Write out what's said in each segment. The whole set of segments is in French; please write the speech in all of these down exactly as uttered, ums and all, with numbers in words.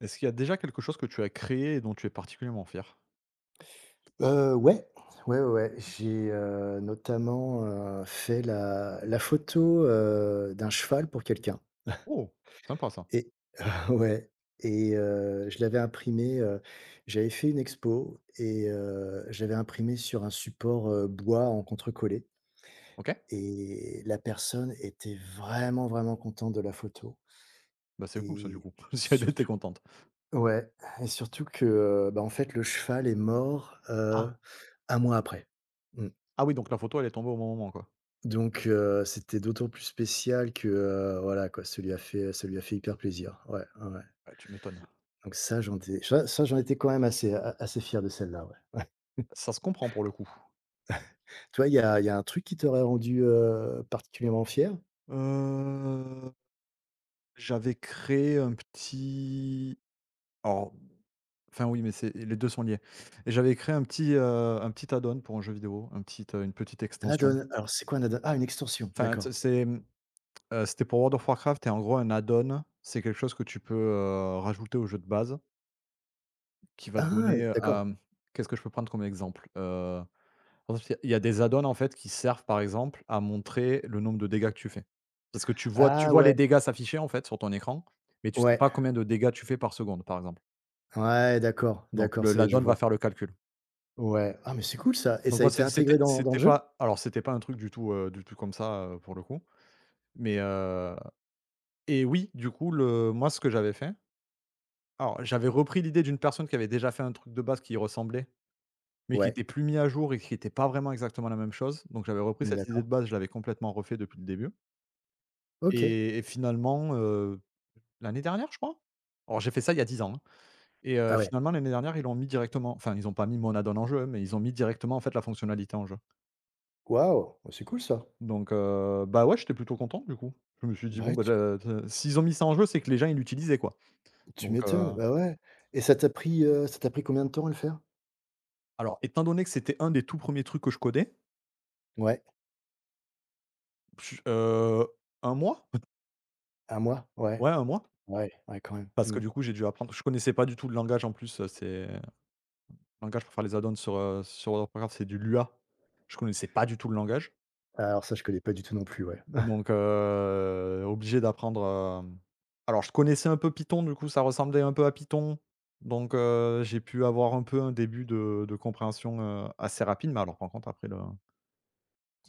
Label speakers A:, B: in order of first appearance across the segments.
A: Est-ce qu'il y a déjà quelque chose que tu as créé et dont tu es particulièrement fier?
B: Heu, ouais. Ouais, ouais, ouais. J'ai, heu, notamment, heu, fait la la photo, heu, d'un cheval pour quelqu'un
A: Oh! Sympa ça.
B: et ouais et heu, je l'avais imprimé, heu, j'avais fait une expo et heu, je l'avais imprimé sur un support, heu, bois en contrecollé,
A: OK.
B: et la personne était vraiment, vraiment contente de la photo.
A: Bah, c'est cool ça du
B: Et
A: coup, si elle était
B: surtout,
A: contente.
B: ouais, et surtout que, heu, bah, en fait, le cheval est mort,
A: Ah!
B: heu, un mois après. Mmh.
A: Ah oui, donc la photo elle est tombée au bon moment quoi.
B: Donc heu, c'était d'autant plus spécial que, heu, voilà quoi, ça lui a fait, ça lui a fait hyper plaisir. Ouais, ouais, ouais.
A: Ah, tu m'étonnes.
B: Donc ça j'en étais ça ça j'en étais quand même assez a assez fier de celle-là, ouais.
A: Ça se comprend pour le coup.
B: Toi, il y a il y a un truc qui t'aurait rendu, heu, particulièrement fier?
A: Heu, J'avais créé un petit alors, enfin oui, mais c'est les deux sont liés. Et j'avais créé un petit, heu, un petit add-on pour un jeu vidéo, un petit, heu, une petite
B: Un
A: extension.
B: add-on. Alors c'est quoi un add-on? Ah, une extension,
A: Enfin,
B: d'accord.
A: tu c'est, mmh, euh, c'était pour World of Warcraft et en gros un add-on, c'est quelque chose que tu peux, heu, rajouter au jeu de base qui va te
B: Ah,
A: donner, heu,
B: d'accord.
A: hem, qu'est-ce que je peux prendre comme exemple? Heu, par exemple, il y a des add-ons, en fait, qui servent, par exemple, à montrer le nombre de dégâts que tu fais. Parce que tu vois
B: Ah
A: tu vois
B: ouais,
A: les dégâts s'afficher, en fait, sur ton écran, mais tu sais
B: ouais,
A: pas combien de dégâts tu fais par seconde, par exemple.
B: ouais, d'accord,
A: Donc
B: d'accord,
A: le
B: ça y est, je
A: l'add-on
B: vois.
A: va faire le calcul.
B: Ouais. Ah, mais c'est cool ça, et
A: Donc
B: ça a
A: moi,
B: été
A: c'est
B: intégré
A: c'était
B: dans dans le
A: c'était
B: jeu?
A: pas alors c'était pas un truc du tout, heu, du tout comme ça, heu, pour le coup, mais heu et oui, du coup, le moi, ce que j'avais fait alors j'avais repris l'idée d'une personne qui avait déjà fait un truc de base qui y ressemblait. Mais qui
B: Ouais,
A: était plus mis à jour et qui était pas vraiment exactement la même chose. Donc j'avais repris cette idée
B: d'accord.
A: de base, je l'avais complètement refait depuis le début
B: OK.
A: et et finalement, heu, l'année dernière, je crois? Alors j'ai fait ça il y a dix ans, hein, et
B: Ah
A: heu,
B: ouais.
A: finalement l'année dernière, ils l'ont mis directement, enfin, ils n'ont pas mis mon add-on en jeu, hein, mais ils ont mis directement, en fait, la fonctionnalité en jeu.
B: Waouh! Bah, c'est cool ça.
A: Donc, heu, bah, ouais, j'étais plutôt content du coup. Je me suis dit:
B: Bah,
A: «Bon,
B: ouais.
A: bah, de de s'ils ont mis ça en jeu, c'est que les gens, ils l'utilisaient, quoi».
B: Tu
A: Donc heu,
B: m'étonnes, bah, ouais, et ça t'a pris, heu, ça t'a pris combien de temps à le faire?
A: alors étant donné que c'était un des tout premiers trucs que je codais,
B: Ouais,
A: ch heu, un mois?
B: un mois? Ouais,
A: Ouais, un mois.
B: ouais, ouais, quand même.
A: Parce que
B: Mmh.
A: du coup, j'ai dû apprendre, je connaissais pas du tout le langage en plus, heu, c'est le langage pour faire les add-ons sur, heu, sur World of Warcraft, c'est du Lua. Je connaissais pas du tout le langage,
B: Alors ça, je connais pas du tout non plus, ouais.
A: donc, heu, obligé d'apprendre, hem alors je connaissais un peu Python, du coup ça ressemblait un peu à Python, donc, heu, j'ai pu avoir un peu un début de de compréhension, heu, assez rapide, mais alors par contre après le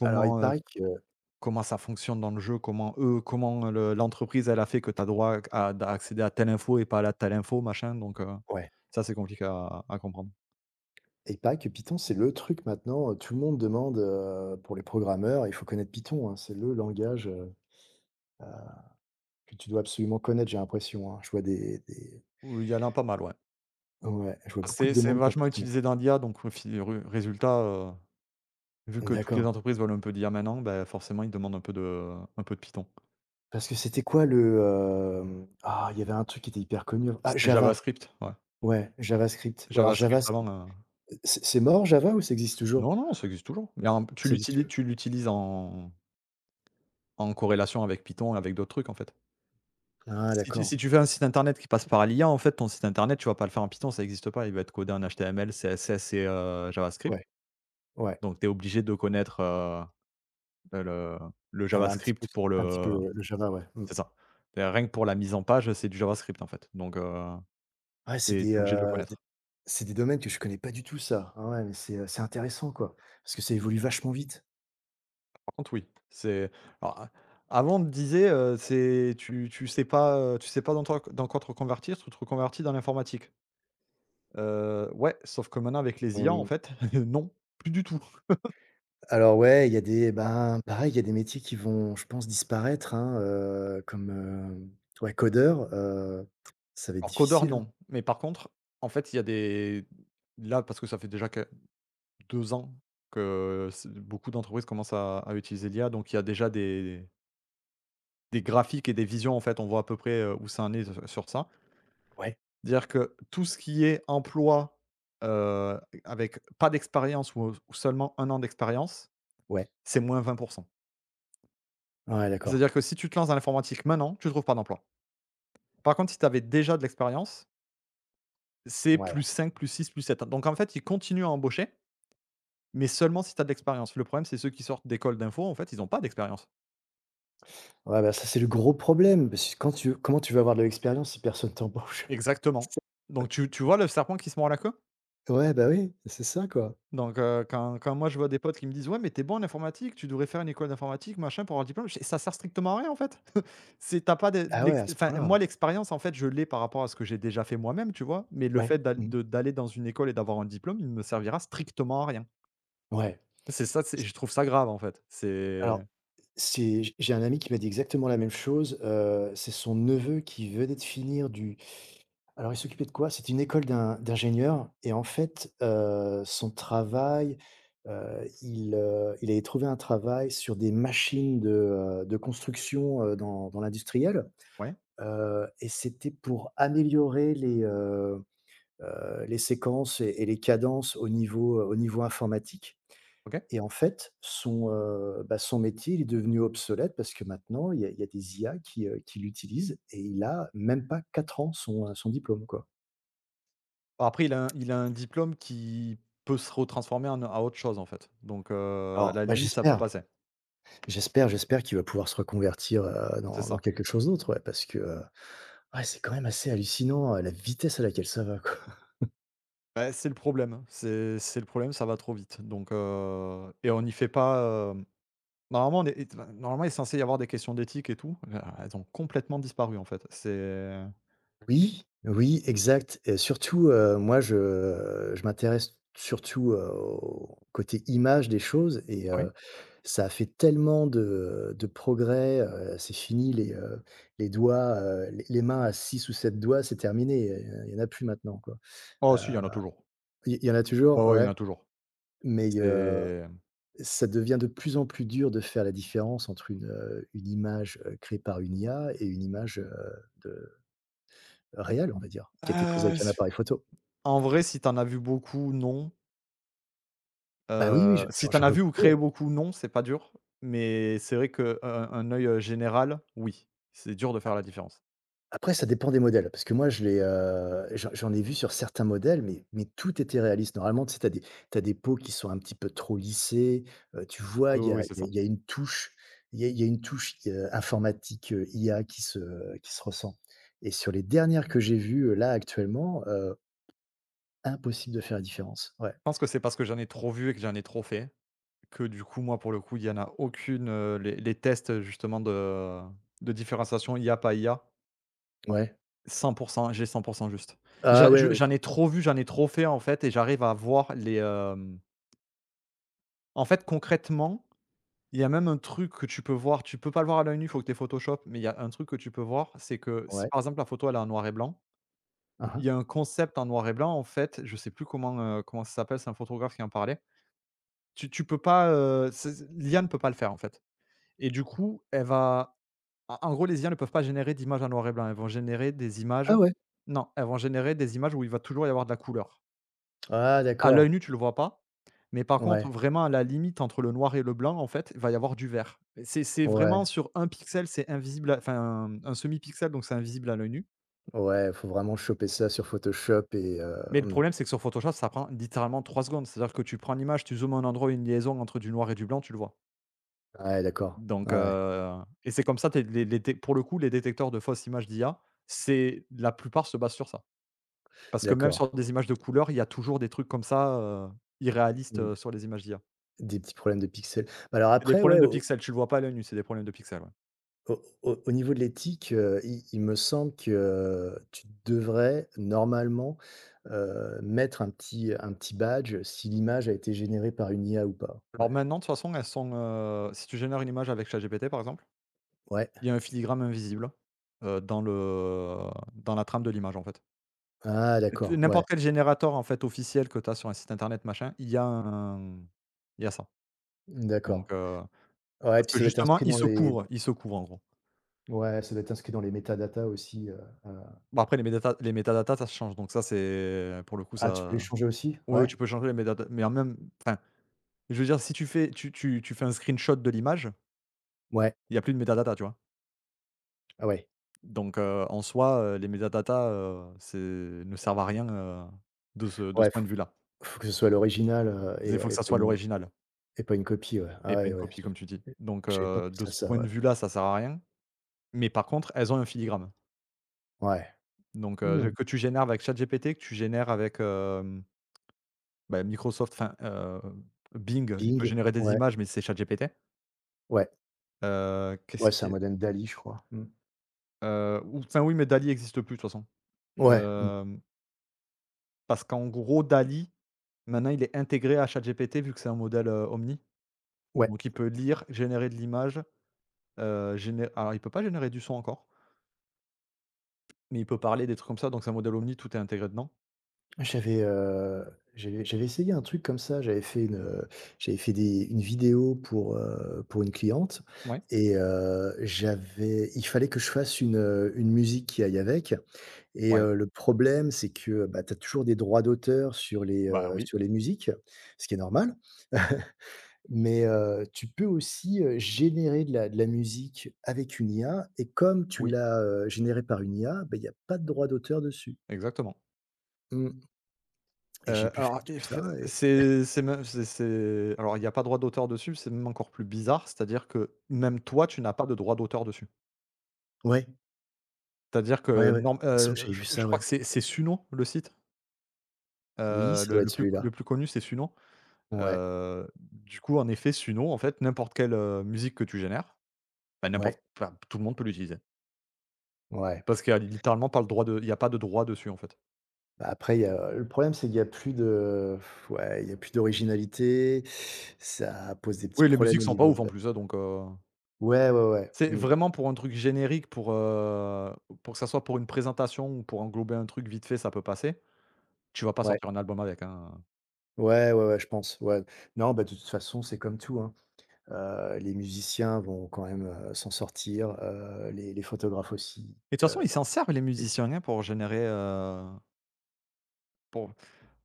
B: Alors il
A: heu,
B: paraît que
A: comment ça fonctionne dans le jeu, comment eux comment le l'entreprise elle a fait que tu as droit à à accéder à telle info et pas à la telle info machin, donc, heu,
B: Ouais,
A: ça c'est compliqué à à comprendre.
B: il paraît que Python, c'est le truc maintenant, heu, tout le monde demande, heu, pour les programmeurs, il faut connaître Python, hein. C'est le langage, heu, ah, que tu dois absolument connaître, j'ai l'impression, hein. Je vois des des
A: Ou il y en a pas mal, ouais.
B: Ouais, je vois beaucoup de
A: C'est c'est
B: demandes pour
A: vachement
B: Python.
A: utilisé dans l'I A, donc au fi ré résultat, heu, vu que toutes
B: D'accord.
A: les entreprises veulent un peu d'I A maintenant, bah, forcément, ils demandent un peu de un peu de Python.
B: Parce que c'était quoi le, hem, ah, il y avait un truc qui était hyper connu av ah,
A: C'était
B: Java!
A: JavaScript, ouais.
B: Ouais, JavaScript. Ou alors
A: JavaScript
B: Java, c'est
A: avant, heu
B: C'est c'est mort. Java ou ça existe toujours?
A: non, non, ça existe toujours, mais en tu
B: Ça existe
A: l'utili
B: toujours?
A: tu l'utilises en en corrélation avec Python et avec d'autres trucs, en fait.
B: Ah,
A: Si tu
B: d'accord.
A: si tu fais un site internet qui passe par l'I A, en fait, ton site internet, tu vas pas le faire en Python, ça n'existe pas. Il va être codé en H T M L, C S S et heu, JavaScript,
B: Ouais, ouais,
A: donc tu es obligé de connaître, heu, le le
B: ah, un petit peu
A: JavaScript pour
B: un petit peu
A: le.
B: le le Java, ouais, mmh.
A: C'est ça. Et rien que pour la mise en page, c'est du JavaScript, en fait, donc, heu,
B: Ouais, c'est
A: tu es
B: des,
A: obligé de le
B: heu, d
A: connaître.
B: c'est des domaines que je connais pas du tout ça. Ah ouais, mais c'est, heu, c'est intéressant quoi, parce que ça évolue vachement vite.
A: Par contre, oui, c'est alors, a avant, on me disait, heu, c'est tu tu sais pas, heu, tu sais pas dans toi dans quoi te reconvertir, tu te reconvertis dans l'informatique. Heu, ouais, sauf que maintenant avec les I A, en
B: Mmh,
A: fait, non, plus du tout.
B: alors ouais, il y a des eh ben, pareil, il y a des métiers qui vont, je pense, disparaître, hein, heu, comme, heu, ouais, codeur, heu, ça va être
A: Alors codeur,
B: difficile, hein.
A: non, mais par contre, en fait, il y a des là, parce que ça fait déjà que deux ans que c'est beaucoup d'entreprises commencent à à utiliser l'I A, donc il y a déjà des des graphiques et des visions, en fait, on voit à peu près, heu, où ça en est s sur ça.
B: Ouais,
A: Dire que tout ce qui est emploi, heu, avec pas d'expérience, ou, ou seulement un an d'expérience,
B: ouais,
A: c'est moins vingt pour cent.
B: ouais, d'accord.
A: C'est-à-dire que si tu te lances dans l'informatique maintenant, tu ne trouves pas d'emploi. Par contre, si tu avais déjà de l'expérience, c'est plus
B: Ouais,
A: plus cinq, plus six, plus sept. Donc en fait, ils continuent à embaucher, mais seulement si tu as de l'expérience. Le problème, c'est ceux qui sortent d'école d'info, en fait, ils n'ont pas d'expérience.
B: ouais, bah, ça c'est le gros problème parce que quand tu veux comment tu veux avoir de l'expérience si personne t'embauche?
A: Exactement.
B: C'est
A: Donc tu tu vois le serpent qui se mord la queue?
B: Ouais, bah, oui, c'est ça, quoi.
A: Donc, heu, quand quand moi je vois des potes qui me disent: «Ouais, mais t'es bon en informatique, tu devrais faire une école d'informatique, machin, pour avoir le diplôme». Je fais: «Ça sert strictement à rien, en fait». C'est t'as pas de
B: Ah ouais,
A: l'ex
B: à ce
A: Enfin,
B: point-là.
A: moi, l'expérience, en fait, je l'ai par rapport à ce que j'ai déjà fait moi-même, tu vois? Mais le
B: Ouais.
A: fait d'a
B: Mmh.
A: de d'aller dans une école et d'avoir un diplôme, il ne me servira strictement à rien.
B: Ouais.
A: C'est ça, c'est
B: C
A: je trouve ça grave, en fait. C'est
B: Alors, c'est j j'ai un ami qui m'a dit exactement la même chose, heu, c'est son neveu qui venait de finir du alors il s'occupait de quoi? C'était une école d'un d'ingénieur et en fait, heu, son travail, heu, il, heu, il avait trouvé un travail sur des machines de, heu, de construction, heu, dans dans l'industriel,
A: Ouais,
B: heu et c'était pour améliorer les, heu, les séquences et et les cadences au niveau, euh, au niveau informatique,
A: OK.
B: et en fait, son, heu, bah, son métier, il est devenu obsolète parce que maintenant, il y a il y a des I A qui, heu, qui l'utilisent, et il a même pas quatre ans son, heu, son diplôme, quoi.
A: Après, il a un il a un diplôme qui peut se retransformer en à autre chose, en fait. Donc, heu, à
B: Alors,
A: la
B: bah,
A: limite, ça peut
B: j'espère,
A: passer.
B: j'espère, j'espère qu'il va pouvoir se reconvertir, heu,
A: C'est
B: dans dans
A: ça.
B: quelque chose d'autre, ouais, parce que, heu, ouais, c'est quand même assez hallucinant, heu, la vitesse à laquelle ça va, quoi.
A: Bah, c'est le problème. C'est c'est le problème, ça va trop vite. Donc, heu et on n'y fait pas, hem, normalement, on est ét enfin, normalement, il est censé y avoir des questions d'éthique et tout. Là, elles ont complètement disparu, en fait. C'est
B: Oui, oui, exact, et surtout, heu, moi, je je m'intéresse surtout, heu, au côté image des choses, et
A: Ah oui?
B: heu, ça a fait tellement de de progrès, heu, c'est fini les, heu, les doigts, heu, les les mains à six ou sept doigts, c'est terminé, heu, il y en a plus maintenant, quoi. Heu,
A: Oh si, il y en a toujours.
B: il il y en a
A: Ouais,
B: toujours,
A: ouais, il y
B: ouais,
A: en a toujours.
B: mais heu,
A: C'est,
B: ça devient de plus en plus dur de faire la différence entre une, heu, une image, heu, créée par une I A et une image, heu, de réelle, on va dire, qui a été prise
A: heu,
B: avec un
A: s
B: appareil photo.
A: En vrai, si t'en as vu beaucoup, non.
B: Bah, oui, oui, je
A: Heu,
B: j'en
A: si t'en
B: j'en
A: as
B: vois
A: vu ou
B: beaucoup,
A: créé
B: heu.
A: beaucoup, non, c'est pas dur. Mais c'est vrai qu'un un un œil, heu, général, oui. C'est dur de faire la différence.
B: Après, ça dépend des modèles, parce que moi je l'ai, heu, j'en j'en ai vu sur certains modèles, mais mais tout était réaliste. Normalement, tu sais, tu as des tu as des peaux qui sont un petit peu trop lissées, heu, tu vois,
A: Oui,
B: il
A: oui,
B: y a
A: oui, c'est
B: il y a
A: ça.
B: il y a une touche il y a il y a une touche, heu, informatique, heu, I A qui se qui se ressent, et sur les dernières que j'ai vues, heu, là actuellement, heu, impossible de faire la différence. Ouais,
A: Je pense que c'est parce que j'en ai trop vu et que j'en ai trop fait. Que du coup, moi, pour le coup, il y en a aucune, heu, les les tests justement de de différenciation I a pas I A,
B: ouais.
A: cent pour cent, j'ai cent pour cent juste.
B: Ah
A: J'a
B: ouais,
A: je
B: heu,
A: j'en ai trop vu, j'en ai trop fait en fait et j'arrive à voir les, hem en fait, concrètement, il y a même un truc que tu peux voir, tu peux pas le voir à l'œil nu, il faut que tu aies Photoshop, mais il y a un truc que tu peux voir, c'est que si
B: ouais.
A: par exemple la photo elle est en noir et blanc,
B: Hein,
A: il
B: hein.
A: y a un concept en noir et blanc en fait, je sais plus comment, heu, comment ça s'appelle, c'est un photographe qui en parlait. Tu tu peux pas, heu, c'est l'I A ne peut pas le faire en fait et du coup, elle va. En en gros, les I A ne peuvent pas générer d'images en noir et blanc. Elles vont générer des images
B: Ah ouais?
A: Non, elles vont générer des images où il va toujours y avoir de la couleur.
B: Ah,
A: À l'œil
B: d'accord.
A: nu, tu le vois pas, mais par
B: Ouais,
A: contre, vraiment à la limite entre le noir et le blanc, en fait, il va y avoir du vert. C'est c'est vraiment
B: ouais.
A: sur un pixel, c'est invisible à enfin, un un semi-pixel, donc c'est invisible à l'œil nu.
B: Ouais, faut vraiment choper ça sur Photoshop, et heu,
A: Mais le
B: mmh.
A: problème, c'est que sur Photoshop, ça prend littéralement trois secondes. C'est-à-dire que tu prends l'image, tu zoomes un endroit, une liaison entre du noir et du blanc, tu le vois.
B: Ouais, d'accord.
A: Donc,
B: Ouais,
A: heu et c'est comme ça, tu les les dé pour le coup, les détecteurs de fausses images d'I A, c'est la plupart se basent sur ça. Parce que même
B: d'accord.
A: sur des images de couleurs, il y a toujours des trucs comme ça, heu, irréalistes,
B: Mmh.
A: heu, sur les images d'I A.
B: Des petits problèmes de pixels. Bah, alors
A: C'est des
B: après, ouais,
A: problèmes de
B: au
A: pixels, tu le vois pas à l'œil nu, c'est des problèmes de pixels, ouais.
B: au au au niveau de l'éthique, heu, il il me semble que euh, tu devrais normalement, heu, mettre un petit un petit badge si l'image a été générée par une I A ou pas. Ouais.
A: Alors maintenant, de toute façon, elles sont, heu, si tu génères une image avec ChatGPT, par exemple,
B: Ouais.
A: il y a un filigrane invisible, heu, dans le dans la trame de l'image, en fait.
B: Ah,
A: T
B: d'accord, ouais.
A: N'importe quel générateur, en fait, officiel que tu as sur un site internet, machin, il y a un il y a ça. Donc,
B: D'accord.
A: heu,
B: Ouais,
A: parce
B: puis
A: que
B: ça doit être
A: justement,
B: inscrit
A: ils
B: dans
A: se
B: les
A: couvrent ils se couvrent, en gros.
B: ouais, ça doit être inscrit dans les métadatas aussi, heu, heu
A: Bon après les médata les métadatas, ça se change, donc ça, c'est pour le coup,
B: ah, tu peux les
A: ça...
B: changer aussi?
A: Oui, oui,
B: Ouais?
A: tu peux changer les métadatas, mais en même enfin, je veux dire, si tu fais tu tu tu fais un screenshot de l'image,
B: Ouais.
A: il y a plus de métadatas, tu vois?
B: Ah ouais.
A: Donc heu, en soi, heu, les métadatas, heu, c'est ne servent à rien, heu, de ce de
B: Ouais,
A: ce point
B: faut
A: de vue-là.
B: faut que ce soit l'original, heu, et
A: Il faut que
B: et
A: ça
B: pas
A: soit
B: une
A: l'original
B: et pas une copie, ouais. Ah
A: et pas
B: ouais,
A: une
B: ouais,
A: copie, comme tu dis.
B: je
A: Donc
B: j'avais pas
A: heu, de
B: pensé à
A: ce
B: ça,
A: point
B: ouais.
A: de vue-là, ça sert à rien, mais par contre, elles ont un filigrane.
B: Ouais.
A: Donc
B: Mmh,
A: heu, que tu génères avec ChatGPT, que tu génères avec, hem, bah, Microsoft, enfin, heu, Bing, il peut
B: Bing,
A: générer des
B: ouais,
A: images, mais c'est ChatGPT.
B: ouais,
A: Heu,
B: ouais,
A: qu'est-ce
B: c'est
A: qui
B: un modem DALL-E, je crois. Mmh.
A: Heu, ou enfin, oui, mais Dali e existe plus de toute façon.
B: Ouais, mmh,
A: Hem, parce qu'en gros Dali maintenant il est intégré à ChatGPT vu que c'est un modèle, heu, omni.
B: ouais.
A: Donc il peut lire, générer de l'image, heu, géné alors il peut pas générer du son encore, mais il peut parler, des trucs comme ça, donc c'est un modèle omni, tout est intégré dedans.
B: J'avais, heu, j'avais J'avais essayé un truc comme ça, j'avais fait une, heu, j'avais fait des une vidéo pour, heu, pour une cliente,
A: Ouais,
B: et heu, j'avais il fallait que je fasse une, heu, une musique qui aille avec. Et
A: ouais.
B: heu, le problème, c'est que, bah, tu as toujours des droits d'auteur sur les,
A: Bah
B: heu,
A: oui,
B: sur les musiques, ce qui est normal. Mais heu, tu peux aussi, heu, générer de la de la musique avec une I A, et comme tu
A: oui,
B: l'as, heu, générée par une I A, bah, il y a pas de droit d'auteur dessus.
A: exactement.
B: Mmh, et j'ai
A: Heu,
B: pu faire
A: alors
B: tout
A: et f
B: ça, et
A: c'est c'est même c'est c'est alors il y a pas de droit d'auteur dessus, c'est même encore plus bizarre, c'est-à-dire que même toi, tu n'as pas de droit d'auteur dessus.
B: ouais,
A: C'est-à-dire
B: ouais,
A: que
B: ouais.
A: norm
B: Il me semble que
A: heu,
B: j'avais vu
A: je je
B: ça,
A: crois
B: ouais.
A: que c'est c'est Suno, le site?
B: Oui,
A: Heu,
B: ça
A: le
B: doit être
A: le plus
B: celui-là.
A: le plus connu, c'est Suno.
B: Ouais,
A: Heu, du coup, en effet, Suno, en fait, n'importe quelle, heu, musique que tu génères, bah,
B: ouais,
A: n'importe enfin, tout le monde peut l'utiliser.
B: ouais.
A: Parce qu'il y a littéralement pas le droit de il y a pas de droit dessus, en fait.
B: Bah, après, il y a le problème, c'est qu'il y a plus de ouais, il y a plus d'originalité. Ça pose des petits
A: Oui, les
B: problèmes
A: musiques
B: au
A: sont pas
B: niveau
A: ouf
B: de
A: en
B: la.
A: plus, hein, donc heu,
B: Ouais, ouais, ouais.
A: c'est
B: Mmh.
A: vraiment pour un truc générique, pour, heu, pour que ça soit pour une présentation ou pour englober un truc vite fait, ça peut passer. Tu vas pas
B: Ouais.
A: sortir un album avec, hein.
B: Ouais, ouais, ouais, je pense, ouais. Non, bah, de toute façon, c'est comme tout, hein. Heu, les musiciens vont quand même, heu, s'en sortir, heu, les les photographes aussi,
A: Et de toute façon,
B: heu,
A: ils s'en servent les
B: et
A: musiciens, hein, pour générer, heu, pour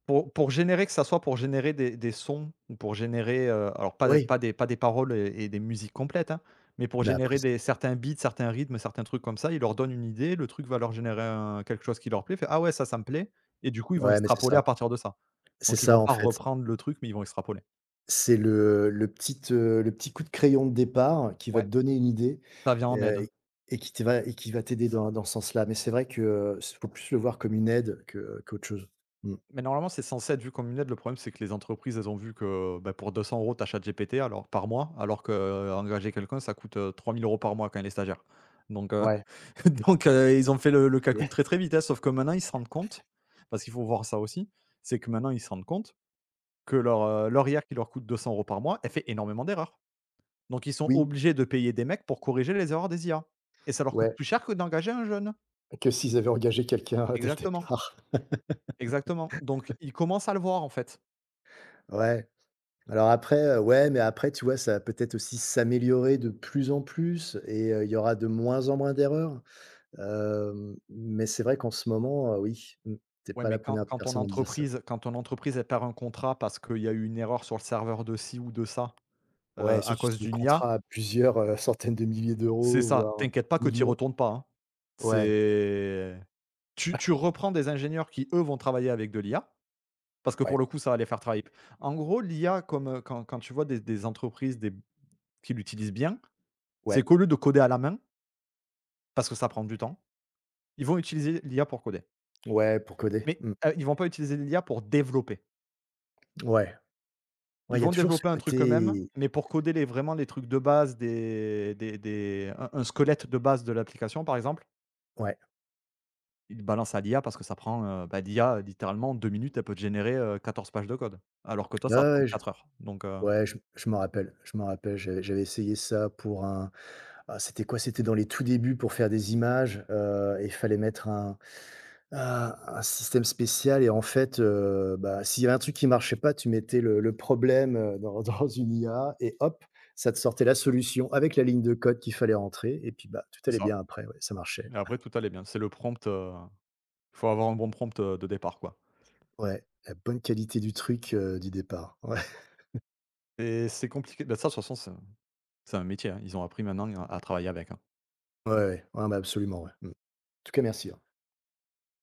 A: Pour pour générer, que ça soit pour générer des des sons ou pour générer, heu, alors pas
B: oui,
A: pas des pas des paroles et et des musiques complètes, hein, mais pour
B: mais après
A: générer
B: c
A: des certains beats, certains rythmes, certains trucs comme ça, il leur donne une idée, le truc va leur générer un quelque chose qui leur plaît, fait: «Ah ouais, ça, ça me plaît» et du coup, ils vont
B: ouais, mais c'est
A: extrapoler
B: ça.
A: à partir de ça.
B: C'est
A: Donc ils
B: ça,
A: vont
B: en
A: pas
B: fait.
A: reprendre le truc, mais ils vont extrapoler.
B: C'est le le petit, heu, le petit coup de crayon de départ qui va te
A: Ouais,
B: donner une idée,
A: ça vient en aide.
B: heu, et qui te va et qui va t'aider dans dans ce sens-là. Mais c'est vrai que, heu, faut plus le voir comme une aide que qu'autre chose. Mmh.
A: Mais normalement, c'est censé être vu comme une aide. Le problème, c'est que les entreprises, elles ont vu que, bah, pour deux cents euros € tu as ChatGPT alors par mois, alors que euh, engager quelqu'un, ça coûte, euh, trois mille euros par mois quand il est stagiaire. Donc heu
B: Ouais,
A: Donc, heu, ils ont fait le le calcul très, très vite, hein, sauf que maintenant ils se rendent compte, parce qu'il faut voir ça aussi, c'est que maintenant ils se rendent compte que leur, heu, leur I A qui leur coûte deux cents euros par mois, elle fait énormément d'erreurs. Donc ils sont
B: oui,
A: obligés de payer des mecs pour corriger les erreurs des I A et ça leur coûte
B: ouais,
A: plus cher que d'engager un jeune.
B: que s'ils avaient engagé quelqu'un euh, dès le
A: Exactement,
B: départ.
A: exactement. Donc ils commencent à le voir, en fait.
B: Ouais. Alors après, heu, ouais, mais après, tu vois, ça va peut-être aussi s'améliorer de plus en plus, et heu, il y aura de moins en moins d'erreurs. Hem, mais c'est vrai qu'en ce moment, heu, oui, mmh, tu
A: Ouais,
B: pas la
A: mais quand
B: première
A: quand ton
B: personne à me dire ça.
A: entreprise quand ton entreprise, elle perd un contrat parce qu'il y a eu une erreur sur le serveur de ci ou de ça, heu,
B: Ouais,
A: à
B: surtout
A: cause
B: si des
A: d'une I A,
B: contrats à plusieurs, heu, centaines de milliers
A: c'est
B: d'euros,
A: ça,
B: voire,
A: t'inquiète pas que tu y
B: millions.
A: retournes pas, hein.
B: Ouais,
A: C'est Tu tu reprends des ingénieurs qui, eux, vont travailler avec de l'I A, parce que
B: ouais,
A: pour le coup, ça va les faire travailler. En gros, l'I A, comme, heu, quand quand tu vois des des entreprises des qui l'utilisent bien, c'est
B: ouais,
A: qu'au lieu de coder à la main, parce que ça prend du temps, ils vont utiliser l'I A pour coder.
B: ouais, pour coder.
A: Mais,
B: Mmh.
A: heu, ils vont pas utiliser l'I A pour développer.
B: Ouais. Ouais,
A: Ils
B: il y a
A: vont
B: toujours ce
A: développer un truc eux-mêmes,
B: côté,
A: mais pour coder les vraiment les trucs de base des des des un un squelette de base de l'application, par exemple,
B: ouais.
A: ils le balancent à l'I A parce que ça prend, heu, bah, l'I A, littéralement, en deux minutes, elle peut te générer, heu, quatorze pages de code, alors que toi,
B: Ouais,
A: ça prend
B: ouais, je
A: quatre heures, donc heu
B: ouais, je je m'en rappelle, je m'en rappelle. J'avais j'avais essayé ça pour un. Ah, c'était quoi? C'était dans les tout débuts pour faire des images. Euh, et il fallait mettre un un un système spécial, et en fait, heu, bah, s'il y avait un truc qui marchait pas, tu mettais le le problème, heu, dans dans une I A, et hop, ça te sortait la solution avec la ligne de code qu'il fallait rentrer, et puis, bah, tout
A: C'est
B: allait
A: ça
B: bien après, ouais, ça marchait.
A: et après tout allait bien. C'est le prompt, heu, il faut avoir un bon prompt, heu, de départ, quoi,
B: Ouais, la bonne qualité du truc, heu, du départ. Ouais,
A: et c'est compliqué. Bah, ça, de toute façon, c'est un c'est un métier, hein. Ils ont appris maintenant à à travailler avec, hein.
B: ouais, ouais. Ouais, bah, absolument, ouais. Mmh. En tout cas, merci, hein.